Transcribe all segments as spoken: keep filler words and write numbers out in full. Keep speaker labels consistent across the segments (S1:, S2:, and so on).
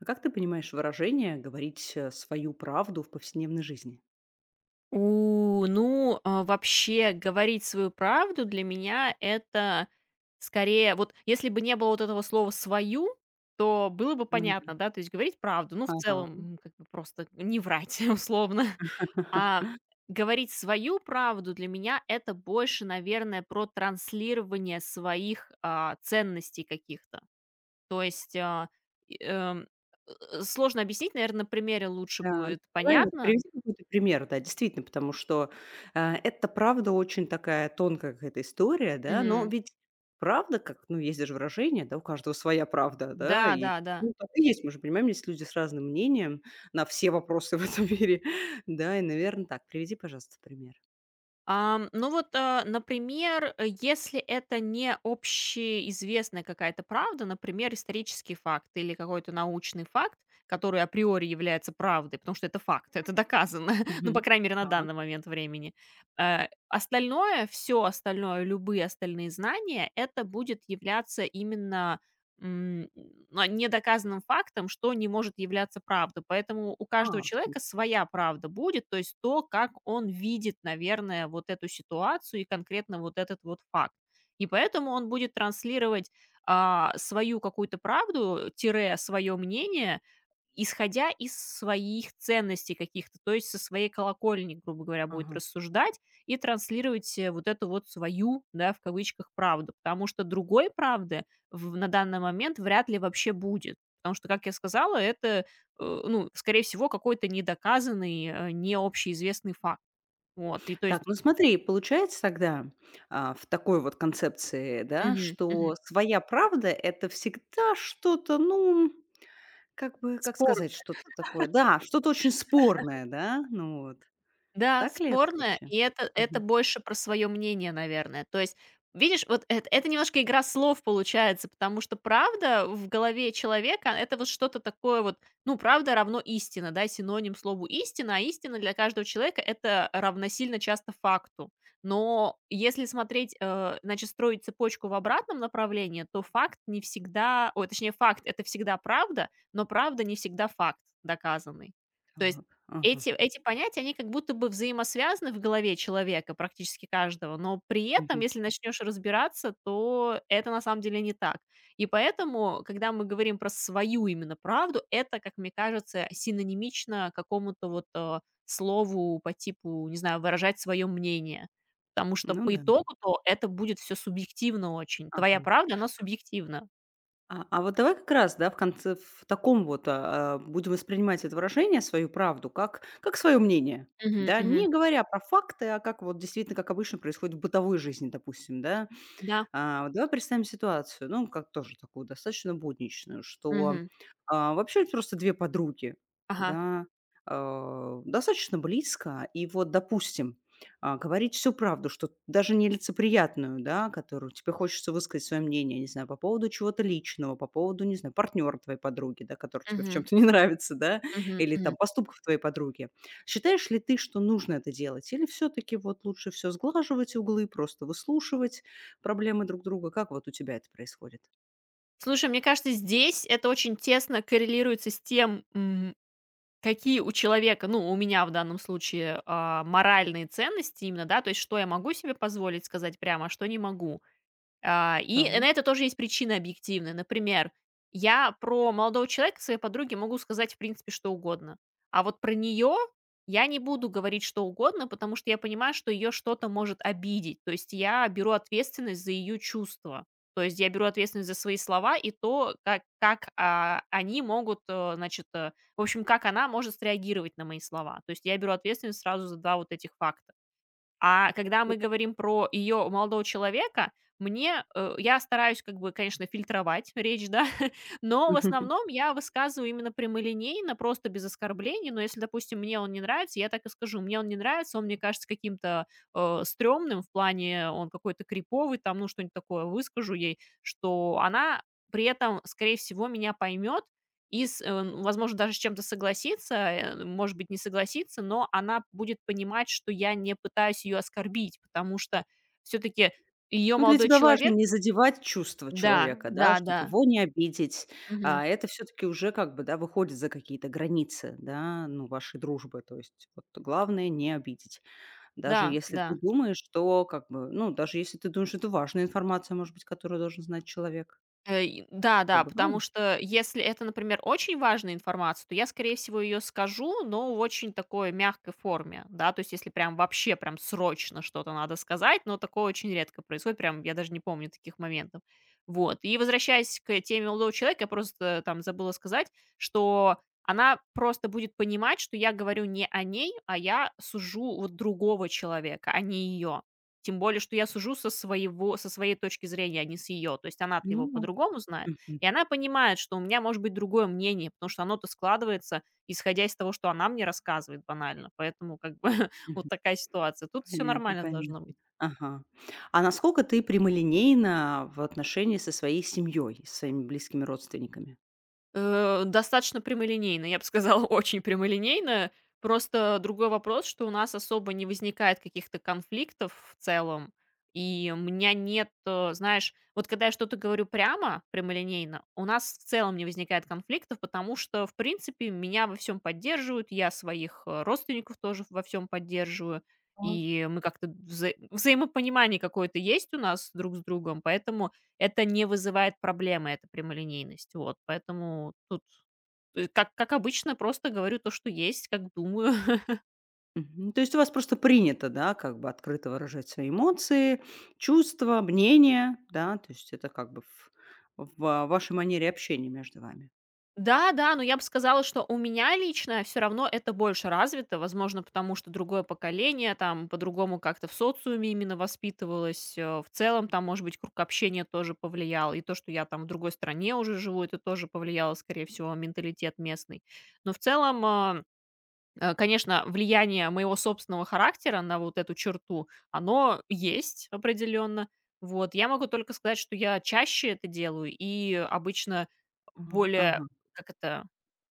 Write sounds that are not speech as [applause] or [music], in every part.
S1: А как ты понимаешь выражение "говорить, э, свою правду в повседневной жизни"?
S2: У, ну, а, вообще говорить свою правду для меня- это скорее вот если бы не было вот этого слова "свою", то было бы
S1: Ну да.
S2: понятно, да, то есть говорить правду, ну, в
S1: Ага.
S2: целом, м, как бы просто не врать [laughs] условно. А
S1: [laughs]
S2: говорить свою правду для меня- это больше, наверное, про транслирование своих, а, ценностей каких-то. То есть, а, и, эм, э, сложно объяснить, наверное, на примере лучше
S1: Да, ну
S2: будет
S1: давай вот
S2: понятно.
S1: приведи какой-то пример, да, действительно, потому что, а, это правда очень такая тонкая какая-то история, да. Но ведь правда, как, ну, есть даже выражение, да, у каждого своя правда,
S2: Да,
S1: да, и,
S2: да, да.
S1: ну, так и есть. Мы же понимаем, есть люди с разным мнением на все вопросы [laughs] в этом мире, да, и, наверное так. Приведи, пожалуйста, пример.
S2: Ам, ну вот, э, например, э, если это не общеизвестная какая-то правда, например, исторический факт или какой-то научный факт, который априори является правдой, потому что это факт, это доказано, [laughs] ну, по
S1: Мгм.
S2: крайней мере, на
S1: Так.
S2: данный момент времени. Э, остальное, все остальное, любые остальные знания, это будет являться именно м, а, недоказанным фактом, что не может являться правдой. Поэтому у
S1: А,
S2: каждого
S1: м.
S2: человека своя правда будет, то есть то, как он видит, наверное, вот эту ситуацию и конкретно вот этот вот факт. И поэтому он будет транслировать а, свою какую-то правду, тире свое мнение, исходя из своих ценностей каких-то, то есть со своей колокольни, грубо говоря, будет
S1: Ага.
S2: рассуждать и транслировать э, вот эту вот свою, да, в кавычках, правду. Потому что другой правды в на данный момент вряд ли вообще будет. Потому что, как я сказала, это, э, ну, скорее всего, какой-то недоказанный, э, не общеизвестный факт. Вот, и то
S1: Так,
S2: есть
S1: ну смотри, получается тогда, а, в такой вот концепции, да,
S2: мгм, мгм.
S1: что своя правда — это всегда что-то, ну, как бы, как
S2: Спор
S1: сказать, что-то такое, да, что-то очень спорное, да, ну вот.
S2: Да,
S1: Так ли это
S2: спорная,
S1: вообще?
S2: и это это
S1: Мгм.
S2: больше про свое мнение, наверное. То есть, видишь, вот эт это немножко игра слов получается, потому что правда в голове человека- это вот что-то такое вот, ну, правда равно истина, да, синоним слову истина, а истина для каждого человека- это равносильно часто факту. Но если смотреть, э, значит, строить цепочку в обратном направлении, то факт не всегда ой, точнее, факт- это всегда правда, но правда не всегда факт доказанный. То есть
S1: Так, ага,
S2: эти эти понятия, они как будто бы взаимосвязаны в голове человека, практически каждого, но при этом,
S1: мгм.
S2: если начнешь разбираться, то это на самом деле не так. И поэтому, когда мы говорим про свою именно правду, это, как мне кажется, синонимично какому-то вот, э, слову по типу, не знаю, выражать свое мнение. Потому что
S1: Ну
S2: по
S1: да,
S2: итогу-то это будет все субъективно очень. Твоя
S1: ага.
S2: правда, она субъективна.
S1: А а вот давай как раз, да, в конце в таком вот, а, а, будем воспринимать это выражение, свою правду, как как свое мнение.
S2: Мгм,
S1: Да, не
S2: мгм.
S1: говоря про факты, а как вот действительно, как обычно происходит в бытовой жизни, допустим, да.
S2: Да.
S1: А, вот давай представим ситуацию, ну, как тоже такую достаточно будничную, что,
S2: Мгм.
S1: а, вообще это просто две подруги,
S2: Ага.
S1: да, а, достаточно близко. И вот, допустим, а, говорить всю правду, что даже нелицеприятную, да, которую тебе хочется высказать свое мнение, не знаю, по поводу чего-то личного, по поводу, не знаю, партнера твоей подруги, да, который тебе в
S2: Мгм,
S1: чем-то [laughs] не нравится, да,
S2: мгм,
S1: или там
S2: мгм.
S1: поступков твоей подруги. Считаешь ли ты, что нужно это делать? Или все-таки вот лучше все сглаживать углы, просто выслушивать, проблемы друг друга. Как вот у тебя это происходит?
S2: Слушай, мне кажется, здесь это очень тесно коррелируется с тем, м, какие у человека, ну, у меня в данном случае, а, моральные ценности именно, да, то есть что я могу себе позволить сказать прямо, а что не могу. А, и
S1: Так.
S2: на это тоже есть причины объективные. Например, я про молодого человека своей подруги могу сказать, в принципе, что угодно. А вот про нее я не буду говорить что угодно, потому что я понимаю, что ее что-то может обидеть. То есть я беру ответственность за ее чувства. То есть я беру ответственность за свои слова и то, как, как а, они могут, э, значит, э, в общем, как она может среагировать на мои слова. То есть я беру ответственность сразу за два вот этих факта. А когда мы говорим про ее молодого человека, мне, э, я стараюсь как бы, конечно, фильтровать речь, да, [laughs] но в
S1: [laughs]
S2: основном я высказываю именно прямолинейно, просто без оскорблений. Но если, допустим, мне он не нравится, я так и скажу: "Мне он не нравится, он мне кажется каким-то, э, стрёмным, в плане он какой-то криповый", там, ну, что-нибудь такое выскажу ей, что она при этом, скорее всего, меня поймет и с э, возможно, даже с чем-то согласиться, э, может быть, не согласиться, но она будет понимать, что я не пытаюсь ее оскорбить, потому что все таки ее
S1: Ну, для
S2: молодой
S1: тебя важно
S2: человек.
S1: не задевать чувства
S2: Да,
S1: человека, да,
S2: да, да.
S1: чтобы его не обидеть.
S2: Мгм.
S1: А это все-таки уже как бы, да, выходит за какие-то границы, да, ну, вашей дружбы. То есть вот главное не обидеть. Даже
S2: Да,
S1: если ты
S2: да.
S1: думаешь, что как бы, ну, даже если ты думаешь, что это важная информация, может быть, которую должен знать человек.
S2: Э, и
S1: Такое
S2: да-да,
S1: бывает?
S2: потому что если это, например, очень важная информация, то я, скорее всего, ее скажу, но в очень такой мягкой форме, да, то есть если прям вообще прям срочно что-то надо сказать, но такое очень редко происходит, прям я даже не помню таких моментов. Вот, и возвращаясь к теме молодого человека, я просто там забыла сказать, что она просто будет понимать, что я говорю не о ней, а я сужу вот другого человека, а не ее. Тем более, что я сужу со своего со своей точки зрения, а не с ее. То есть она-то его
S1: Ну, вот.
S2: по-другому знает,
S1: Мгм.
S2: и она понимает, что у меня может быть другое мнение, потому что оно-то складывается, исходя из того, что она мне рассказывает банально. Поэтому как бы [laughs]
S1: Мгм.
S2: вот такая ситуация. Тут все
S1: Понятно,
S2: нормально должно
S1: понятно.
S2: быть.
S1: Ага. А насколько ты прямолинейна в отношении со своей семьей, со своими близкими родственниками?
S2: Э, достаточно прямолинейно, я бы сказала, [laughs] очень прямолинейно. Просто другой вопрос, что у нас особо не возникает каких-то конфликтов в целом, и у меня нет, э, знаешь, вот когда я что-то говорю прямо, прямолинейно, у нас в целом не возникает конфликтов, потому что, в принципе, меня во всем поддерживают, я своих э, родственников тоже во всем поддерживаю,
S1: А.
S2: и мы как-то вза- взаимопонимание какое-то есть у нас друг с другом, поэтому это не вызывает проблемы, эта прямолинейность. Вот, поэтому тут, э, как как обычно, просто говорю то, что есть, как думаю. [laughs]
S1: Мгм. То есть у вас просто принято, да, как бы открыто выражать свои эмоции, чувства, мнения, да, то есть это как бы в, в вашей манере общения между вами.
S2: Да-да, но я бы сказала, что у меня лично все равно это больше развито. Возможно, потому что другое поколение, там, по-другому как-то в социуме именно воспитывалось. Э, в целом, там, может быть, круг общения тоже повлиял. И то, что я, там, в другой стране уже живу, это тоже повлияло, скорее всего, менталитет местный. Но в целом, а Э, конечно, влияние моего собственного характера на вот эту черту, оно есть определенно. Вот. Я могу только сказать, что я чаще это делаю и обычно
S1: А,
S2: более,
S1: ага.
S2: как это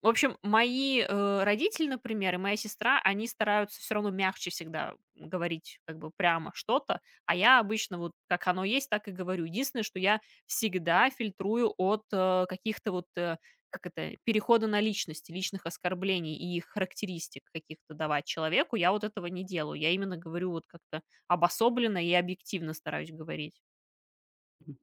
S2: в общем, мои, э, родители, например, и моя сестра, они стараются все равно мягче всегда говорить как бы прямо что-то, а я обычно вот как оно есть, так и говорю. Единственное, что я всегда фильтрую от, э, каких-то вот, э как это, перехода на личности, личных оскорблений и их характеристик каких-то давать человеку, я вот этого не делаю. Я именно говорю вот как-то обособленно и объективно стараюсь говорить.
S1: Мгм.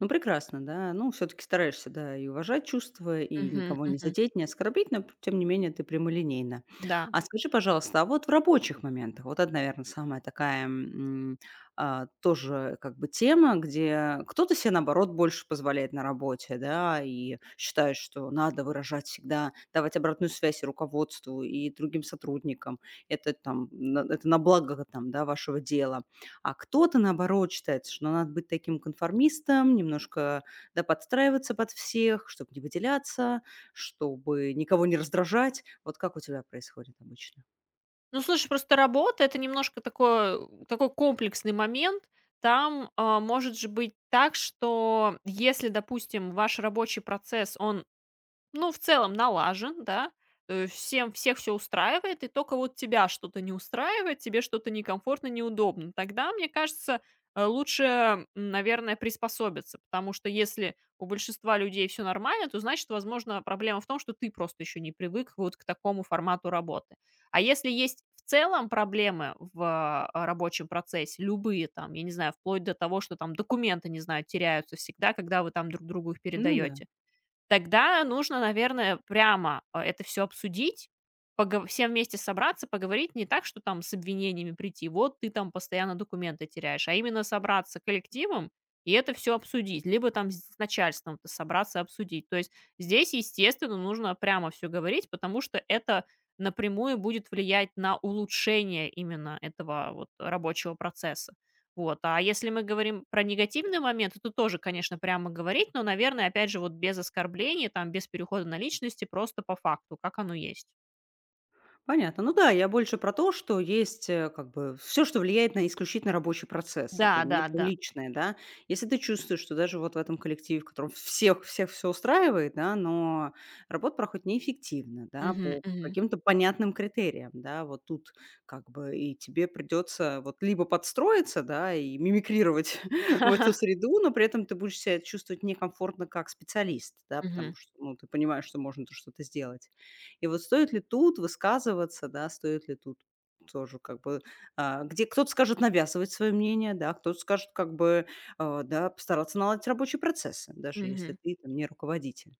S1: Ну, прекрасно, да. Ну, все таки стараешься, да, и уважать чувства, и
S2: Мгм,
S1: никого не
S2: мгм.
S1: задеть, не оскорбить, но, тем не менее, ты прямолинейна.
S2: Да.
S1: А скажи, пожалуйста, а вот в рабочих моментах, вот это, наверное, самая такая, м, а, тоже как бы тема, где кто-то се, наоборот, больше позволяет на работе, да, и считает, что надо выражать всегда, давать обратную связь и руководству, и другим сотрудникам. Это там на это на благо, там, да, вашего дела. А кто-то, наоборот, считает, что надо быть таким конформистом, немножко, да, подстраиваться под всех, чтобы не выделяться, чтобы никого не раздражать. Вот как у тебя происходит обычно?
S2: Ну, слушай, просто работа это немножко такое, э, такой комплексный момент. Там а, может же быть так, что если, допустим, ваш рабочий процесс, он ну, в целом налажен, да. Э, всем Всех все устраивает, и только вот тебя что-то не устраивает, тебе что-то некомфортно, неудобно. Тогда, мне кажется, э, лучше, м, наверное, приспособиться, потому что если у большинства людей все нормально, то значит, возможно, проблема в том, что ты просто еще не привык вот к такому формату работы. А если есть в целом проблемы в, а, рабочем процессе, любые там, я не знаю, вплоть до того, что там документы, не знаю, теряются всегда, когда вы там друг другу их
S1: Ну да.
S2: передаете. Тогда нужно, наверное, прямо, э, это все обсудить, пого всем вместе собраться, поговорить. Не так, что там с обвинениями прийти: "Вот ты там постоянно документы теряешь", а именно собраться коллективом и это все обсудить. Либо там с с начальством-то собраться, и обсудить. То есть здесь, естественно, нужно прямо все говорить, потому что это напрямую будет влиять на улучшение именно этого вот рабочего процесса. Вот. А если мы говорим про негативные моменты, то тоже, конечно, прямо говорить, но, наверное, опять же, вот без оскорблений, там, без перехода на личности, просто по факту, как оно есть.
S1: Понятно. Ну да, я больше про то, что есть, э, как бы, все, что влияет на исключительно рабочий процесс.
S2: Да,
S1: Это не
S2: да, да.
S1: личное, да. Если ты чувствуешь, что даже вот в этом коллективе, в котором всех всех все устраивает, да, но работа проходит неэффективно, да,
S2: Мгм,
S1: по
S2: мгм.
S1: каким-то понятным критериям, да, вот тут как бы и тебе придется вот либо подстроиться, да, и мимикрировать [laughs] в эту
S2: [laughs]
S1: среду, но при этом ты будешь себя чувствовать некомфортно как специалист, да, потому
S2: Мгм,
S1: что, ну, ты понимаешь, что можно тут что-то сделать. И вот стоит ли тут высказываться, да, стоит ли тут тоже как бы, а, где кто-то скажет навязывать свое мнение, да, кто-то скажет как бы, а, да, постараться наладить рабочие процессы, даже если
S2: мгм.
S1: ты там не руководитель.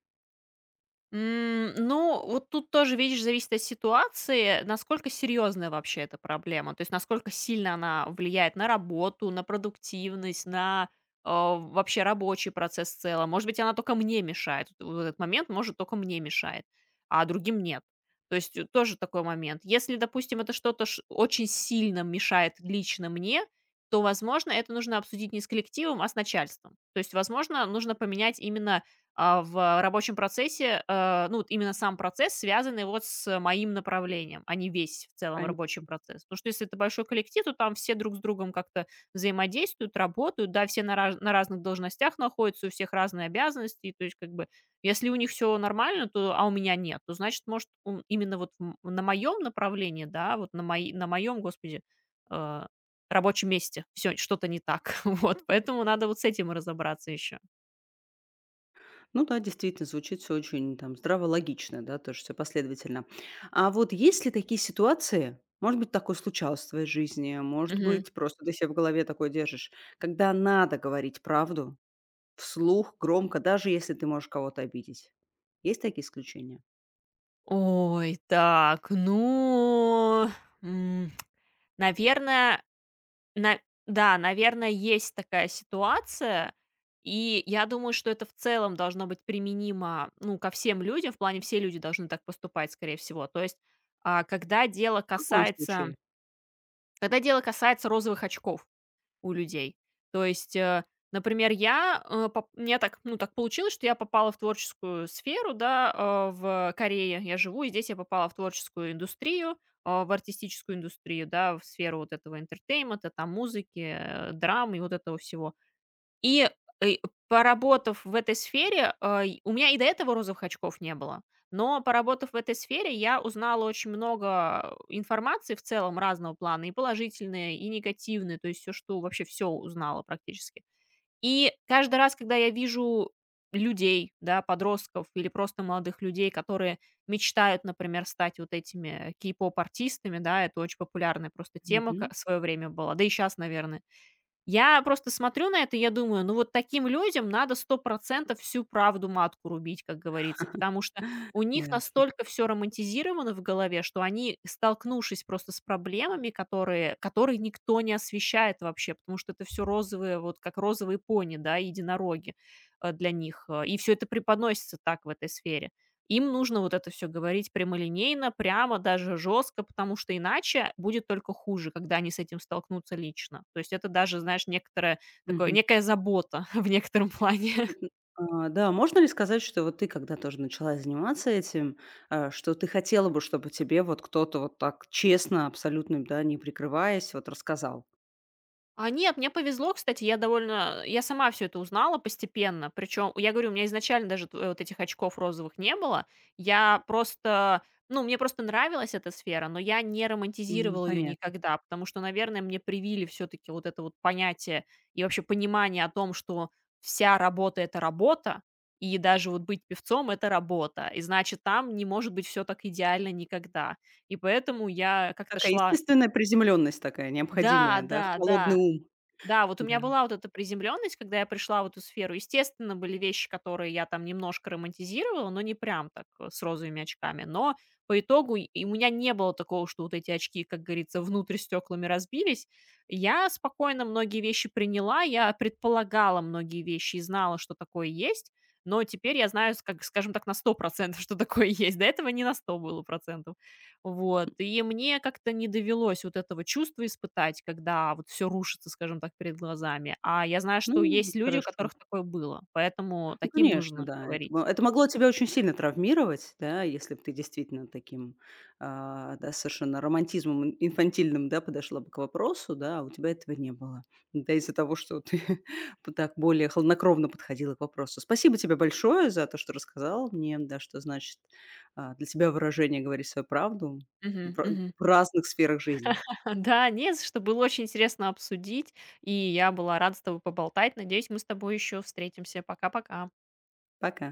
S2: М, ну, вот тут тоже, видишь, зависит от ситуации, насколько серьезная вообще эта проблема, то есть насколько сильно она влияет на работу, на продуктивность, на, э, вообще рабочий процесс в целом. Может быть, она только мне мешает. Вот в этот момент, может, только мне мешает, а другим нет. То есть, э, тоже такой момент. Если, допустим, это что-то ш очень сильно мешает лично мне, то, возможно, это нужно обсудить не с коллективом, а с начальством. То есть, возможно, нужно поменять именно а, в рабочем процессе, э, ну, вот именно сам процесс, связанный вот с моим направлением, а не весь в целом
S1: Пон
S2: рабочий процесс. Потому что если это большой коллектив, то там все друг с другом как-то взаимодействуют, работают, да, все на, раз- на разных должностях находятся, у всех разные обязанности, и то есть как бы если у них все нормально, то, а у меня нет, то значит, может, ум- именно вот м- на моем направлении, да, вот на, мои, на моем, господи, э, рабочем месте все что-то не так. [laughs] Вот, поэтому надо вот с этим разобраться еще.
S1: Ну да, действительно, звучит все очень там здраво, логично, да, тоже всё последовательно. А вот есть ли такие ситуации, может быть, такое случалось в твоей жизни, может быть, просто ты се в голове такое держишь, когда надо говорить правду, вслух, громко, даже если ты можешь кого-то обидеть. Есть такие исключения?
S2: Ой, так, ну, м, наверное, на да, наверное, есть такая ситуация, и я думаю, что это в целом должно быть применимо, ну, ко всем людям, в плане все люди должны так поступать, скорее всего. То есть, а, когда дело
S1: В каком
S2: касается
S1: случае?
S2: когда дело касается розовых очков у людей. То есть, э, например, я, э, поп мне так, ну, так получилось, что я попала в творческую сферу, да, э, в Корее я живу, и здесь я попала в творческую индустрию, а, в артистическую индустрию, да, в сферу вот этого entertainment, там музыки, э, драм и вот этого всего. И, и поработав в этой сфере, а, и у меня и до этого розовых очков не было, но поработав в этой сфере, я узнала очень много информации в целом разного плана, и положительные, и негативные, то есть все, что вообще все узнала практически. И каждый раз, когда я вижу людей, да, подростков или просто молодых людей, которые мечтают, например, стать вот этими кей-поп-артистами, да, это очень популярная просто тема ка
S1: Мгм.
S2: в своё время была, да и сейчас, наверное. Я просто смотрю на это, и я думаю, ну вот таким людям надо сто процентов всю правду матку рубить, как говорится, потому что у них
S1: Ясно.
S2: настолько все романтизировано в голове, что они, столкнувшись просто с проблемами, которые, которые никто не освещает вообще, потому что это все розовые, вот как розовые пони, да, единороги э, для них, э, и все это преподносится так в этой сфере. Им нужно вот это все говорить прямолинейно, прямо, даже жестко, потому что иначе будет только хуже, когда они с этим столкнутся лично. То есть это даже, знаешь, некоторая такое
S1: Мгм.
S2: некая забота [laughs] в некотором плане.
S1: Мгм. А, да, можно ли сказать, что вот ты, когда тоже начала заниматься этим, а, что ты хотела бы, чтобы тебе вот кто-то вот так честно, абсолютно, да, не прикрываясь, вот рассказал?
S2: А нет, мне повезло, кстати, я довольно я сама все это узнала постепенно. Причем я говорю, у меня изначально даже т вот этих очков розовых не было. Я просто, ну, мне просто нравилась эта сфера, но я не
S1: М,
S2: романтизировала ее
S1: понятно.
S2: никогда, потому что, наверное, мне привили все таки вот это вот понятие и вообще понимание о том, что вся работа- это работа, и даже вот быть певцом- это работа, и значит, там не может быть все так идеально никогда. И поэтому я как-то
S1: Такая
S2: шла.
S1: естественная приземленность такая
S2: Да,
S1: необходимая, да,
S2: да,
S1: холодный
S2: да.
S1: ум.
S2: Да, вот у меня
S1: Да.
S2: была вот эта приземленность, когда я пришла в эту сферу. Естественно, были вещи, которые я там немножко романтизировала, но не прям так э, с розовыми очками. Но по итогу и и у меня не было такого, что вот эти очки, как говорится, внутрь стеклами разбились. Я спокойно многие вещи приняла, я предполагала многие вещи и знала, что такое есть. Но теперь я знаю, с- как, скажем так, на сто процентов, что такое есть. До этого не на сто было процентов. Вот, и мне как-то не довелось вот этого чувства испытать, когда вот все рушится, скажем так, перед глазами. А я знаю,
S1: Ну,
S2: что есть люди, у
S1: хорошо.
S2: которых такое было, поэтому
S1: Ну,
S2: таким
S1: конечно,
S2: нужно
S1: да. Это мо
S2: говорить.
S1: это могло тебя очень сильно травмировать, да, если бы ты действительно таким, а, да, совершенно романтизмом ин инфантильным, да, подошла бы к вопросу, да, а у тебя этого не было. Да, из-за того, что ты [laughs] вот так более хладнокровно подходила к вопросу. Спасибо тебе большое за то, что рассказал мне, да, что значит, а, для тебя выражение "говорить свою правду" в
S2: Мгм,
S1: ра
S2: мгм.
S1: в разных сферах жизни.
S2: [laughs] Да, не за что, было очень интересно обсудить, и я была рада с тобой поболтать. Надеюсь, мы с тобой еще встретимся. Пока-пока.
S1: Пока.